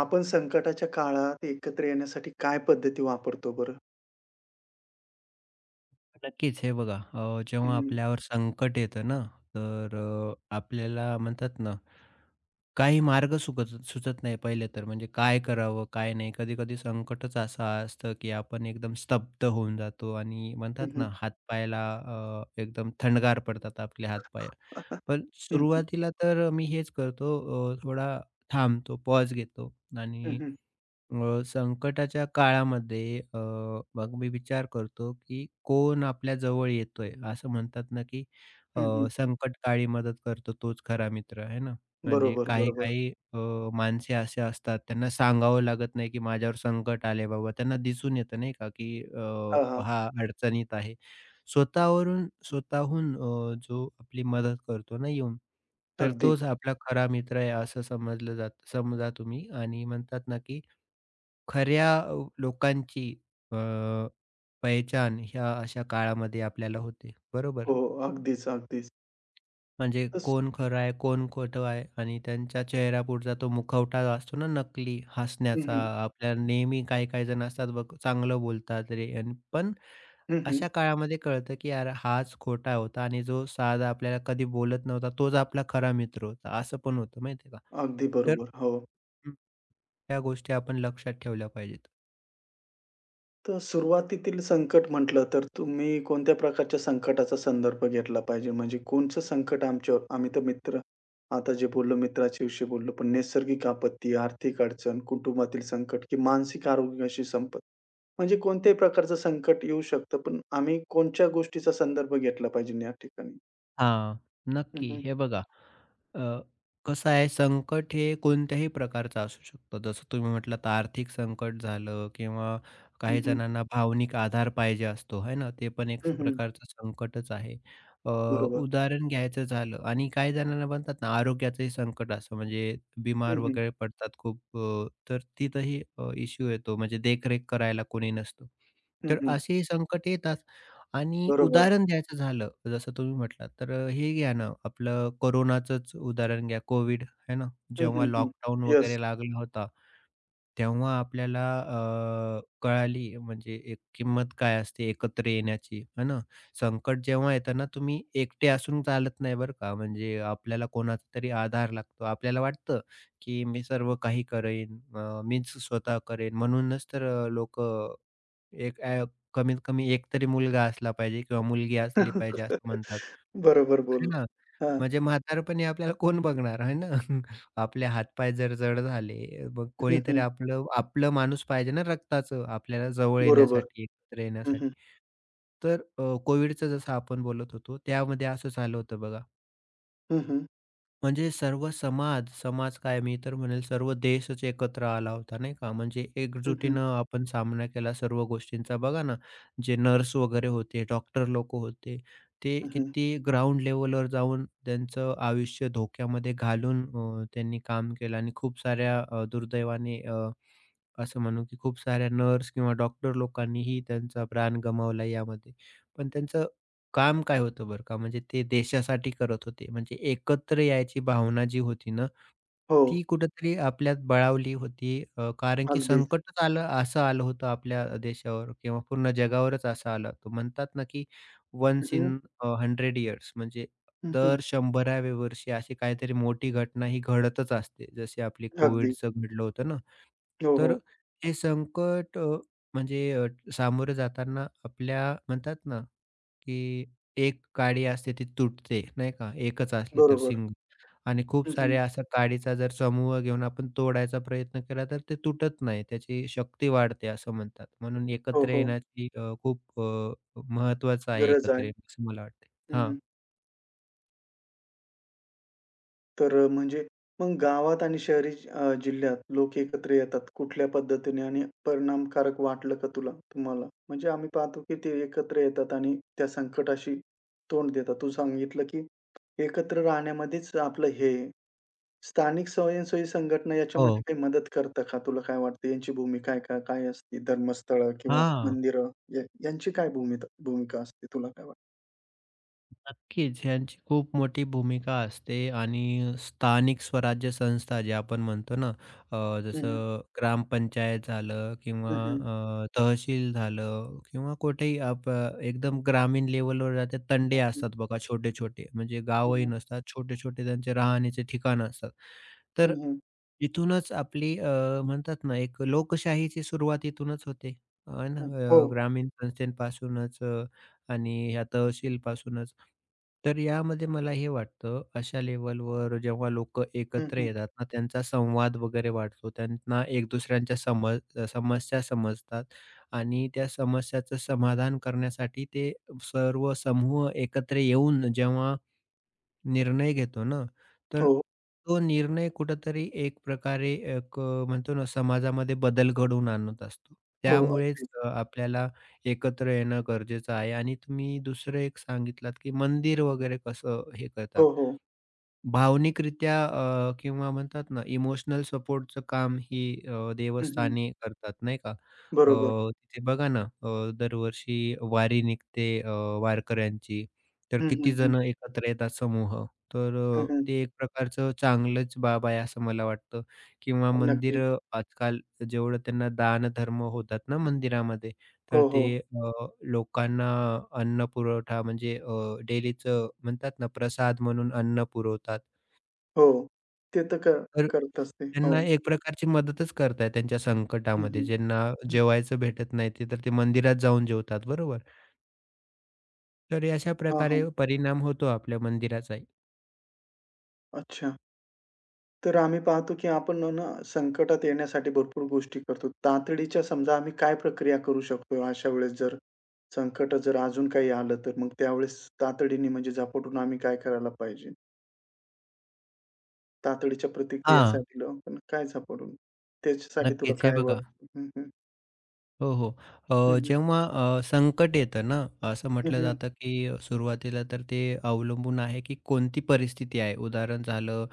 आपण संकटाच्या काळात एकत्र येण्यासाठी काय पद्धती वापरतो बरं? नक्कीच. हे बघा जेव्हा हं, आपल्यावर संकट येतं ना, तर आपल्याला म्हणतात ना, काही मार्ग सुचत नाही पहिले तर. म्हणजे काय करावं, काय नाही. कधी-कधी संकटच असं असतं, की आपण एकदम स्तब्ध होऊन जातो आणि हं, हं, म्हणतात हं. ना, हात-पायाला एकदम थंडगार पडतात आपले हात-पाय. पण हं, हं. सुरुवातीला तर मी हेच करतो, थोडा थांबतो, पॉज घेतो हं, आणि हं. संकटाच्या काळामध्ये मग मी विचार करतो, की कोण आपल्या जवळ येतोय? असं म्हणतात ना, की अ, हं, हं. संकटकाळी मदत करतो तोच खरा मित्र आहे ना. म्हणजे बरोबर, बरोबर. काही-काही माणसे असे असतात त्यांना सांगावं लागत नाही, की माझ्यावर संकट आले बाबा. त्यांना दिसून येतं नाही का, की हां, हां. हा अडचणीत आहे. स्वतःवरून स्वतःहून जो आपली मदत करतो ना येऊन, तर अगदी. तोच आपला खरा मित्र आहे असं समजलं जातं समजा तुम्ही आणि म्हणतात ना, की खऱ्या लोकांची अ, पहिचान ह्या अशा काळामध्ये आपल्याला होते. बरोबर? हो, अगदीच, अगदीच. म्हणजे तर स कोण खरं आहे, कोण खोटं आहे आणि त्यांच्या चेहऱ्यापुढचा तो मुखवटा असतो ना नकली हं, हसण्याचा. हं. आपल्याला नेहमी काही-काही जण असतात बघ, चांगलं बोलतात रे अन् पण हं, हं. अशा काळामध्ये कळतं, की यार हाच खोटा होता आणि जो साधा आपल्याला कधी बोलत नव्हता, तोच आपला खरा मित्र होता. असं पण होतं माहिती का? अगदी तर बरोबर. हो. हं, त्या गोष्टी आपण लक्षात ठेवल्या पाहिजेत. तर सुरुवातीतील संकट म्हटलं तर तुम्ही कोणत्या प्रकारच्या संकटाचा संदर्भ घेतला पाहिजे? म्हणजे कोणचं संकट आमच्यावर आम्ही तर मित्र आता जे बोललो मित्राच्या विषयी बोललो, पण नैसर्गिक आपत्ती, आर्थिक अडचण, कुटुंबातील संकट की मानसिक आरोग्याशी म्हणजे कोणत्याही प्रकारचं संकट येऊ शकतं, पण आम्ही कोणत्या गोष्टीचा संदर्भ घेतला पाहिजे या ठिकाणी? हां, हं, नक्की. हं. हे बघा, अ, कसं आहे संकट हे कोणत्याही प्रकारचं असू शकतं. जसं तुम्ही म्हटलात आर्थिक संकट झालं किंवा हं, काही हं. जणांना भावनिक आधार पाहिजे असतो, आहे ना? ते पण एक प्रकारचं संकटच आहे. अ, बरोबर. उदाहरण घ्यायचं झालं आणि काही जणांना म्हणतात ना आरोग्याचंही संकट असतं म्हणजे बिमार हं, हं. वगैरे पडतात खूप तर तिथंही इश्यू येतो म्हणजे देखरेख करायला कोणी नसतं. तर अशी संकट येतात. आणि बरोबर. उदाहरण द्यायचं झालं, जसं तुम्ही म्हटलात, तर हे घ्या ना आपलं कोरोनाचंच उदाहरण घ्या. कोविड है ना, हं, जेव्हा हं, हं. लॉकडाऊन वगैरे लागला होता, तेव्हा आपल्याला कळाली म्हणजे एक किंमत काय असते एकत्र येण्याची, आहे ना. संकट जेव्हा येतं ना, तुम्ही एकटे असून चालत नाही बरं का, म्हणजे आपल्याला कोणाचा तरी आधार लागतो. आपल्याला वाटतं, की मी सर्व काही करेन, मीच स्वतः करेन म्हणूनच तर एक कमीत कमी एक तरी मुलगा असला पाहिजे किंवा मुलगी असली पाहिजे असं म्हणतात. बरोबर आहे बोलले. ना. हां. म्हणजे म्हातारपणी आपल्याला कोण बघणार आहे ना. आपले हातपाय जर जड झाले, मग हं, कोणीतरी हं. आपलं आपलं माणूस पाहिजे ना रक्ताचं आपल्याला जवळ बरोबर. येण्यासाठी, एकत्र हं, हं. येण्यासाठी. तर कोविडचं जसं आपण बोलत होतो, त्यामध्ये असं झालं होतं बघा. हं, हं. म्हणजे सर्व समाज, समाज काय मी तर म्हणेल सर्व देशच एकत्र आला होता नाही का. म्हणजे हं, एकजुटीनं आपण सामना केला सर्व गोष्टींचा. बघा ना, जे नर्स वगैरे होते, डॉक्टर लोकं होते, ते किती ग्राउंड लेव्हलवर जाऊन त्यांचं आयुष्य धोक्यामध्ये घालून त्यांनी काम केलं आणि खूप साऱ्या दुर्दैवाने असं म्हणू की खूप साऱ्या नर्स किंवा डॉक्टर लोकांनीही त्यांचा प्राण गमावला यामध्ये. पण त्यांचं काम काय होतं बरं का, म्हणजे ते देशासाठी करत होते. म्हणजे एकत्र यायची भावना जी होती ना, हो, ती कुठेतरी आपल्यात बळावली होती. कारण की अगदीच. संकटच आलं असं आलं होतं आपल्या देशावर किंवा पूर्ण जगावरच असं आलं होतं. म्हणतात ना, की हं, वन्स हं. इन 100 इयर्स म्हणजे हं, दर 100व्या वर्षी अशी काहीतरी मोठी घटना ही घडतच असते. जशी आपली अगदी. कोविडचं घडलं होतं ना. हो, तर हो. हे संकट म्हणजे सामोरं जाताना आपल्या म्हणतात ना, की एक काडी असते ती तुटते, नाही का? एकच असली तर बरोबर. शिंग आणि खूप हं, साऱ्या असा काडीचा जर समूह घेऊन आपण तोडायचा प्रयत्न केला, तर ते तुटत नाही. त्याची शक्ती वाढते असं म्हणतात. म्हणून हो, एकत्र हो. येण्याची खूप आहे गरज एकत्र आहे. येणं असं मला वाटतं. हां. हं, म्हणजे मग गावात आणि शहरी जिल्ह्यात लोक एकत्र येतात कुठल्या पद्धतीने आणि परिणामकारक वाटलं का तुला तुम्हाला? म्हणजे आम्ही पाहतो की ते एकत्र येतात आणि त्या संकटाशी तोंड देतात. तू सांगितलं की एकत्र राहण्यामध्येच आपलं हे आहे. स्थानिक स्वयंसेवी संघटना याच्यामध्ये हो. काही मदत करतं का? तुला काय वाटतं यांची भूमिका आहे का? काय असते धर्मस्थळं किंवा हां. मंदिरं या यांची काय भूमिका भूमिका असते तुला काय वाटतं? नक्कीच ह्यांची खूप मोठी भूमिका असते आणि स्थानिक स्वराज्य संस्था जे आपण म्हणतो ना हं, हं. जसं ग्रामपंचायत झालं किंवा हं, हं. तहसील झालं किंवा कुठेही एकदम ग्रामीण लेवलवर जाते हं, तंडे हं. असतात बघा छोटे छोटे म्हणजे गावही हं, नसतात छोटे छोटे त्यांचे राहण्याचे ठिकाण असतात तर इथूनच आपली म्हणतात ना, एक लोकशाहीची सुरुवात इथूनच होते. आहे ना, हो. ग्रामीण संस्थेपासूनच आणि ह्या तहसीलपासूनच. तर यामध्ये मला हे वाटतं, अशा लेव्हलवर जेव्हा लोकं हं, एकत्र येतात ना, त्यांचा संवाद वगैरे वाढतो. त्यांना एक दुसऱ्यांच्या समस्या समजतात आणि त्या समस्याचं समाधान करण्यासाठी ते सर्व समूह एकत्र येऊन जेव्हा निर्णय घेतो ना, तर हो, तो निर्णय कुठेतरी एक प्रकारे एक म्हणतो ना समाजामध्ये बदल घडवून आणत असतो. हो. त्यामुळेच अगदीच. आपल्याला एकत्र येणं गरजेचं आहे आणि तुम्ही दुसरं एक सांगितलात, की मंदिर वगैरे कसं हे हो, करतात. हो. भावनिकरित्या किंवा म्हणतात ना, इमोशनल सपोर्टचं काम ही हं, हं. देवस्थाने करतात, नाही का? बरोबर. तिथे बघा ना, दरवर्षी वारी निघते वारकऱ्यांची, तर हं, किती हं, हं. जण एकत्र येतात समूह. तर हं, हं. ते एक प्रकारचं चांगलंच बाब आहे, असं मला वाटतं किंवा नक्कीच. मंदिरं आजकाल जेवढं त्यांना दानधर्म होतात ना मंदिरामध्ये, तर हो, ते हो. लोकांना अन्न पुरवठा म्हणजे म्हणतात ना, प्रसाद म्हणून अन्न पुरवतात. हो. ते तर क तर करतच ते. हो. त्यांना एक प्रकारची मदतच करताय त्यांच्या हं, संकटामध्ये. हं. ज्यांना हं. जेवायचं भेटत नाही ते तर ते मंदिरात जाऊन जेवतात, बरोबर? तर अशा हां, प्रकारे हां. परिणाम होतो आपल्या मंदिराचाही. अच्छा. तर आम्ही पाहतो की आपण ना संकटात येण्यासाठी भरपूर गोष्टी करतो. तातडीच्या समजा आम्ही काय प्रक्रिया करू शकतो अशा वेळेस जर संकट जर अजून काही आलं तर मग त्यावेळेस तातडीने म्हणजे झपाटून आम्ही काय करायला पाहिजे? तातडीच्या हां, प्रतिक्रियासाठी आपण काय झपाटून? त्याच्यासाठी तुला नक्कीच. हे काय बघा. वाटतं? हं, हं. हो, हो. हं, हं. जेव्हा संकट येतं ना, असं हं, म्हटलं हं. जातं की सुरुवातीला तर ते अवलंबून आहे की कोणती परिस्थिती आहे. उदाहरण झालं,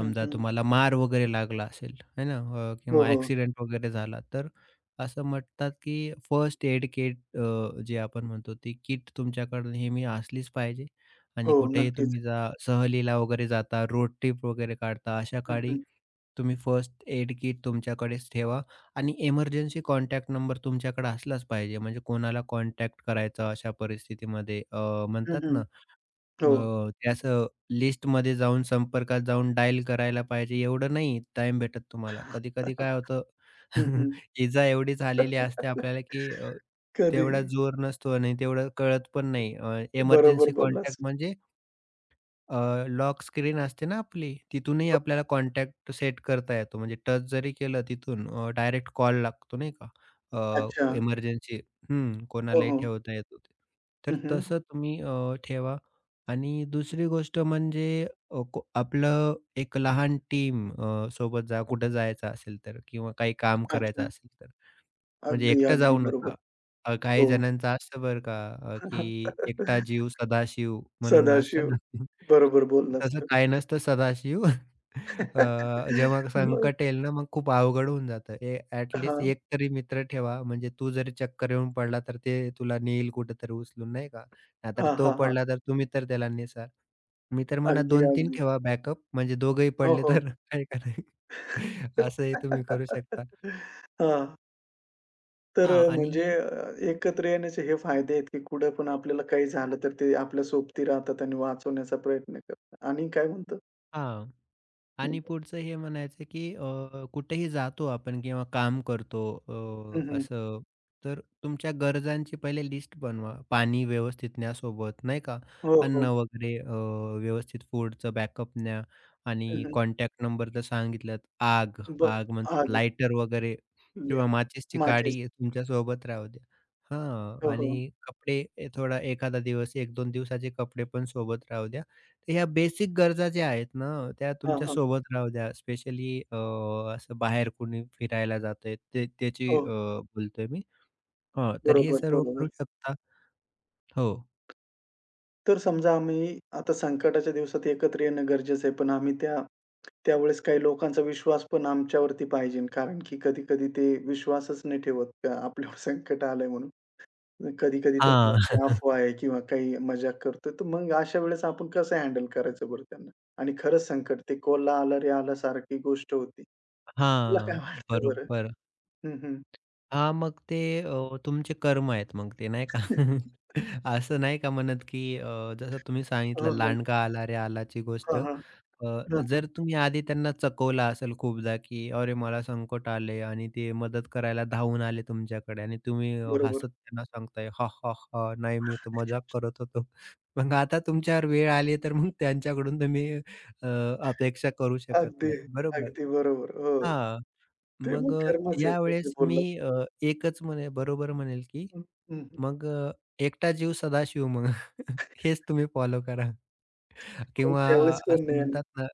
हं, हं. तुम्हाला मार वगैरे लागला असेल, है ना? हो, किंवा हो. ॲक्सिडेंट वगैरे झाला, तर असं म्हणतात की फर्स्ट एड किट जे आपण म्हणतो, ती किट तुमच्याकडे नेहमी असलीच पाहिजे. हो, आणि कुठेही नक्कीच. तुम्ही जा सहलीला वगैरे जाता, रोड ट्रिप वगैरे काढता, अशा हं, काळी हं. तुम्ही फर्स्ट एड किट तुमच्याकडेच ठेवा. आणि इमर्जन्सी कॉन्टॅक्ट नंबर तुमच्याकडे असलाच पाहिजे. म्हणजे कोणाला कॉन्टॅक्ट करायचा अशा परिस्थितीमध्ये हं, म्हणतात हं. ना हो. ते असं लिस्टमध्ये जाऊन संपर्कात जाऊन डायल करायला पाहिजे एवढं नाही टाईम भेटत तुम्हाला. कधी-कधी काय होतं हं, हं. इजा एवढी झालेली असते आपल्याला, की तेवढा कधी जोर नसतो आणि तेवढं कळत पण नाही. इमर्जन्सी बरोबर बोललास. कॉन्टॅक्ट म्हणजे लॉक स्क्रीन असते ना आपली, तिथूनही आपल्याला कॉन्टॅक्ट सेट करता येतो. म्हणजे टच जरी केलं तिथून डायरेक्ट कॉल लागतो नाही का? अ, अच्छा. इमर्जन्सी हं, हो, कोणालाही हो. ठेवता येतो ते. तर हं, हं. तसं तुम्ही ठेवा आणि दुसरी गोष्ट म्हणजे अ, को आपलं एक लहान टीम सोबत जा कुठं जायचं असेल तर किंवा काही काम करायचं अच्छा. असेल म्हणजे अगदी, एकटं अगदी जाऊ बरोबर. नका. हो. काही जणांचं असतं बरं का, की एकटा जीव सदाशिव म्हणून असतं सदाशिव. ना. बरोबर बोललास तसं तू. काही नसतं सदाशिव. अ, जेव्हा मग संकट येईल ना, मग खूप अवघड होऊन जातं. हां. एक तरी मित्र ठेवा. म्हणजे तू जरी चक्कर येऊन पडला, तर ते तुला नेईल कुठेतरी उचलून नाही का. नाहीतर हां, तो हां, हां. पडला, तर तुम्ही तर त्याला नेसाल. मी तर म्हणा अगदी, 2-3 अगदी. ठेवा बॅकअप. म्हणजे दोघंही हो, पडले हो. तर आहे का नाही. असंही तुम्ही करू शकता. हां. तर हां अ, आणि म्हणजे अ, एकत्र येण्याचे हे फायदे आहेत, की कुठं पण आपल्याला काही झालं तर ते आपल्या सोबती राहतात आणि वाचवण्याचा प्रयत्न करतात आणि काय म्हणतो हां. हं, आणि पुढचं हे म्हणायचं की कुठेही जातो आपण किंवा काम करतो हं, हं. असं, तर तुमच्या गरजांची पहिले लिस्ट बनवा. पाणी व्यवस्थित न्या सोबत, नाही का? हो, अन्न हो. वगैरे व्यवस्थित फूडचं बॅकअप न्या हं, आणि हं. कॉन्टॅक्ट नंबर तर सांगितलात. आग, ब आग म्हणतात आग लायटर वगैरे ल्या किंवा माचिसची माचीस. काडी तुमच्या सोबत राहू द्या. हां हो, हो. आणि कपडे ए, थोडा एखादा दिवस 1-2 दिवसाचे कपडे पण सोबत राहू द्या. ह्या बेसिक गरजा ज्या आहेत ना, त्या हां, तुमच्या हां. सोबत राहू द्या. स्पेशली असं बाहेर कुणी फिरायला जातंय ते त्याची हो. बोलतोय मी. हां, तर हे बरोबर, सर्व करू बरोबर. शकता. हो. तर समजा आम्ही आता संकटाच्या दिवसात एकत्र येणं गरजेचं आहे, पण आम्ही त्या त्यावेळेस काही लोकांचा विश्वास पण आमच्यावरती पाहिजे. कारण की कधी-कधी ते विश्वासच नाही ठेवत, आपल्यावर संकट आलंय म्हणून. कधी-कधी त्यांना हां. वाटते अफवा आहे किंवा काही मजाक करतोय, तर मग अशा वेळेस आपण कसं हँडल करायचं बरं त्यांना? आणि खरंच संकट ते कोल्हा आला रे आला सारखी गोष्ट होती. तुला काय हां, वाटतं बरं? बरोबर. हं, हं. हां, मग ते तुमचे कर्म आहेत मग ते नाही का? असं नाही का म्हणत, की जसं तुम्ही सांगितलं हो, हो. "लांडगा आला रे आलाची" गोष्ट. हां, हां. हां, हां. जर तुम्ही आधी त्यांना चकवलं असेल खूपदा, की "अरे मला संकट आले" आणि ते मदत करायला धावून आले तुमच्याकडे आणि तुम्ही बरोबर. हसत त्यांना सांगताय, "हां, हां, हां, नाही मी तर मजाक करत होतो." मग आता तुमच्यावर वेळ आली तर मग त्यांच्याकडून तुम्ही अ, अपेक्षा करू शकत अगदी, नाही. बरोबर. अगदी बरोबर. हो. हां. ते मग मग कर्मच आहे तू जे यावेळेस मी बोललास ते. एकच म्हणे बरोबर म्हणेल, की हं, हं, हं. मग एकटा जीव सदाशिव मग. हेच तुम्ही फॉलो करा. पण किंवा त्यावेळेस कोण असं नाही आलं. म्हणतात ना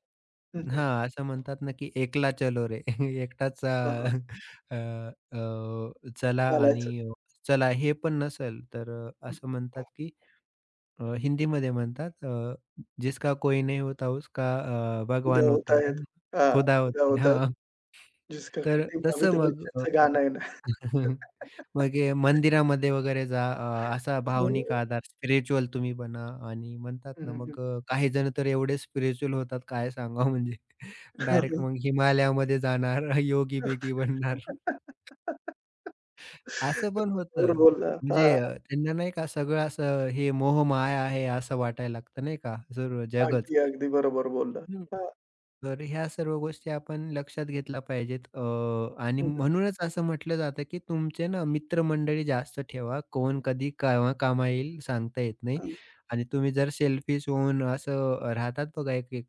हं, हं. हां, असं म्हणतात ना, की "एकला चलो रे." एकटाच हां, अ, हां. अ, अ, चला आणि चालायचं. चला हे पण नसेल, तर हं. असं म्हणतात, की हिंदीमध्ये म्हणतात "जिसका कोई नहीं होता उसका खुदा भगवान होता होता है. है, हां, खुदा खुदा होता है." होता है. हां, जिसका तर ते तसं अमिताभ मग बच्चनचं गाणं आहे ना. मग हे मंदिरामध्ये वगैरे जा असा भावनिक हं, आधार स्पिरिच्युअल तुम्ही बना आणि म्हणतात हं, ना हं. मग काही जण तर एवढे स्पिरिच्युअल होतात काय सांगावं म्हणजे. हां, डायरेक्ट हां. मग हिमालयामध्ये जाणार, योगी-बिगी बनणार. असं पण बरोबर होतं. बोलला. म्हणजे हां, त्यांना नाही का सगळं असं हे मोहमाया आहे असं वाटायला लागतं नाही का, जर जगच. अगदी, अगदी बरोबर बोलला. हं. हां, तर ह्या सर्व गोष्टी आपण लक्षात घेतल्या पाहिजेत आणि हं, म्हणूनच असं म्हटलं जातं, की तुमचे ना मित्रमंडळी जास्त ठेवा. कोण कधी केव्हा कामा येईल सांगता येत नाही. हं, आणि तुम्ही जर सेल्फिश होऊन असं राहतात बघा एक-एक,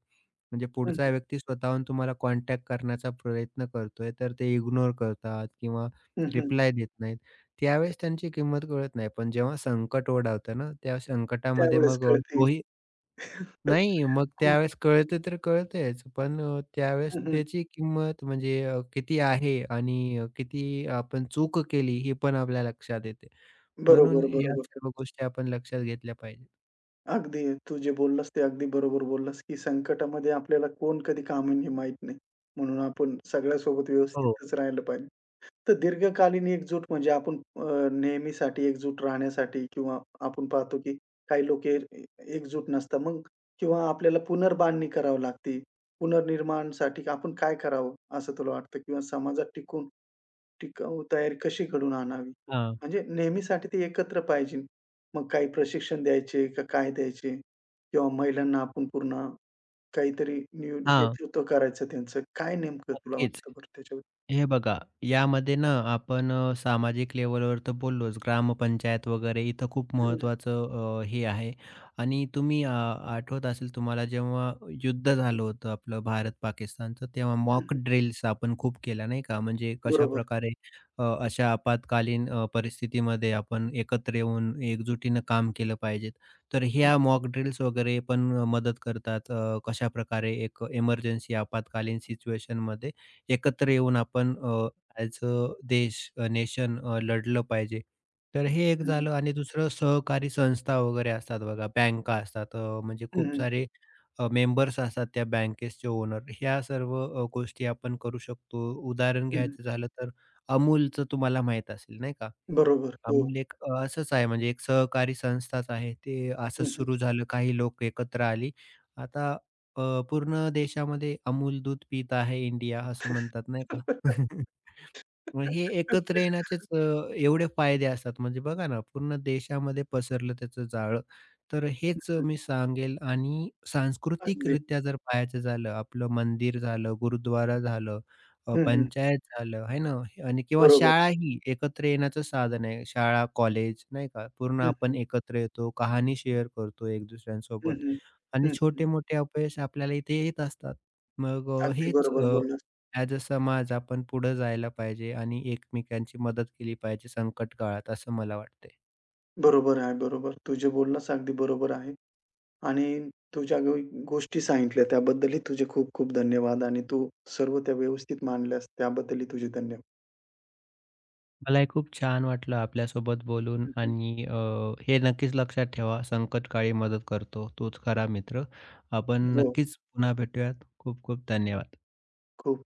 म्हणजे हं, पुढचा हं, व्यक्ती स्वतःहून तुम्हाला कॉन्टॅक्ट करण्याचा प्रयत्न करतोय, तर ते इग्नोर करतात किंवा हं, हं. रिप्लाय देत नाहीत. त्यावेळेस त्यांची किंमत कळत नाही. पण जेव्हा संकट ओढावतं ना, त्या संकटामध्ये त्यावेळेस मग कळते. तोही नाही, मग हं, त्यावेळेस कळतं तर कळतंच. पण त्यावेळेस हं, हं. त्याची किंमत म्हणजे किती आहे आणि किती आपण चूक केली हे पण आपल्या लक्षात येते. म्हणून बरोबर, या बरोबर. सर्व गोष्टी आपण लक्षात घेतल्या पाहिजेत. अगदी तू जे बोललास ते अगदी बरोबर बोललास, की संकटामध्ये आपल्याला कोण कधी कामी येईल माहीत नाही. म्हणून आपण सगळ्यासोबत हो. व्यवस्थितच राहिलं पाहिजे. तर दीर्घकालीन एकजूट म्हणजे नेहमीसाठी एकजूट राहण्यासाठी किंवा आपण पाहतो, की काही लोक एकजूट नसतात. मग किंवा आपल्याला पुनर्बांधणी करावी लागते. पुनर्निर्माणसाठी आपण काय करावं असं तुला वाटतं? किंवा समाजात टिकून टिकाऊ तयारी कशी घडवून आणावी? हां, म्हणजे नेहमीसाठी ते एकत्र पाहिजे. मग काही प्रशिक्षण द्यायचे का काय द्यायचे? किंवा महिलांना आपण पूर्ण काहीतरी न्यू हां. नेतृत्व करायचं त्यांचं. काय नेमकं तुला नक्कीच. वाटतं बरं त्याच्याबद्दल? हे बघा, यामध्ये ना आपण सामाजिक लेव्हलवर तर बोललोच. ग्रामपंचायत वगैरे इथं खूप हं, हं, महत्त्वाचं हे आहे आणि तुम्ही आठवत असेल तुम्हाला जेव्हा युद्ध झालं होतं आपलं भारत-पाकिस्तानचं, तेव्हा मॉक हं, ड्रिल्स आपण खूप केल्या नाही का? म्हणजे बरोबर. कशाप्रकारे अशा आपत्कालीन परिस्थितीमध्ये आपण एकत्र येऊन एकजुटीनं काम केलं पाहिजे. तर ह्या मॉक ड्रिल्स वगैरे पण मदत करतात कशाप्रकारे एक इमर्जन्सी आपत्कालीन सिच्युएशनमध्ये एकत्र येऊन आपण ॲज अ देश, नेशन लढलं पाहिजे. तर हे एक हं, झालं आणि दुसरं सहकारी संस्था वगैरे असतात बघा, बँका असतात. म्हणजे हं, खूप हं, सारे मेंबर्स असतात त्या बँकेचे ओनर. ह्या सर्व गोष्टी आपण करू शकतो. उदाहरण हं. घ्यायचं झालं तर अमूलचं तुम्हाला माहीत असेल नाही का? बरोबर. हो. अमूल एक असंच आहे म्हणजे एक सहकारी संस्थाच आहे. ते हं, असंच हं. सुरू झालं. काही लोक एकत्र आली. आता अ, पूर्ण देशामध्ये अमूल दूध पीत आहे इंडिया असं म्हणतात नाही का? मग हे एकत्र येण्याचेच एवढे फायदे असतात. म्हणजे बघा ना, पूर्ण देशामध्ये पसरलं त्याचं जाळं. तर हेच हं, मी सांगेल आणि अगदी. सांस्कृतिकरित्या जर पाहायचं झालं, आपलं मंदिर झालं, गुरुद्वारा झालं, हं, हं. पंचायत झालं, आहे ना? आणि किंवा बरोबर. शाळा ही एकत्र येण्याचं साधन आहे. शाळा, कॉलेज नाही का? पूर्ण हं, आपण हं. एकत्र येतो, कहाणी शेअर करतो एक हं, दुसऱ्यांसोबत हं. आणि हं, हं. छोटे-मोठे अपयश आपल्याला इथे येत असतात. मग अगदी हेच बरोबर बोललास. ॲज अ समाज आपण पुढे जायला पाहिजे आणि एकमेकांची मदत केली पाहिजे संकट काळात, असं मला वाटतंय. बरोबर आहे, बरोबर. तू जे बोललास अगदी बरोबर आहे आणि तू ज्या गोष्टी सांगितल्या त्याबद्दलही तुझे खूप-खूप धन्यवाद आणि तू सर्व त्या व्यवस्थित मांडल्यास त्याबद्दलही तुझे धन्यवाद. मला हे खूप छान वाटलं आपल्यासोबत बोलून हं, हं. आणि हे नक्कीच लक्षात ठेवा, संकटकाळी मदत करतो तोच खरा मित्र. आपण हो. नक्कीच पुन्हा भेटूयात. खूप खूप धन्यवाद. खूप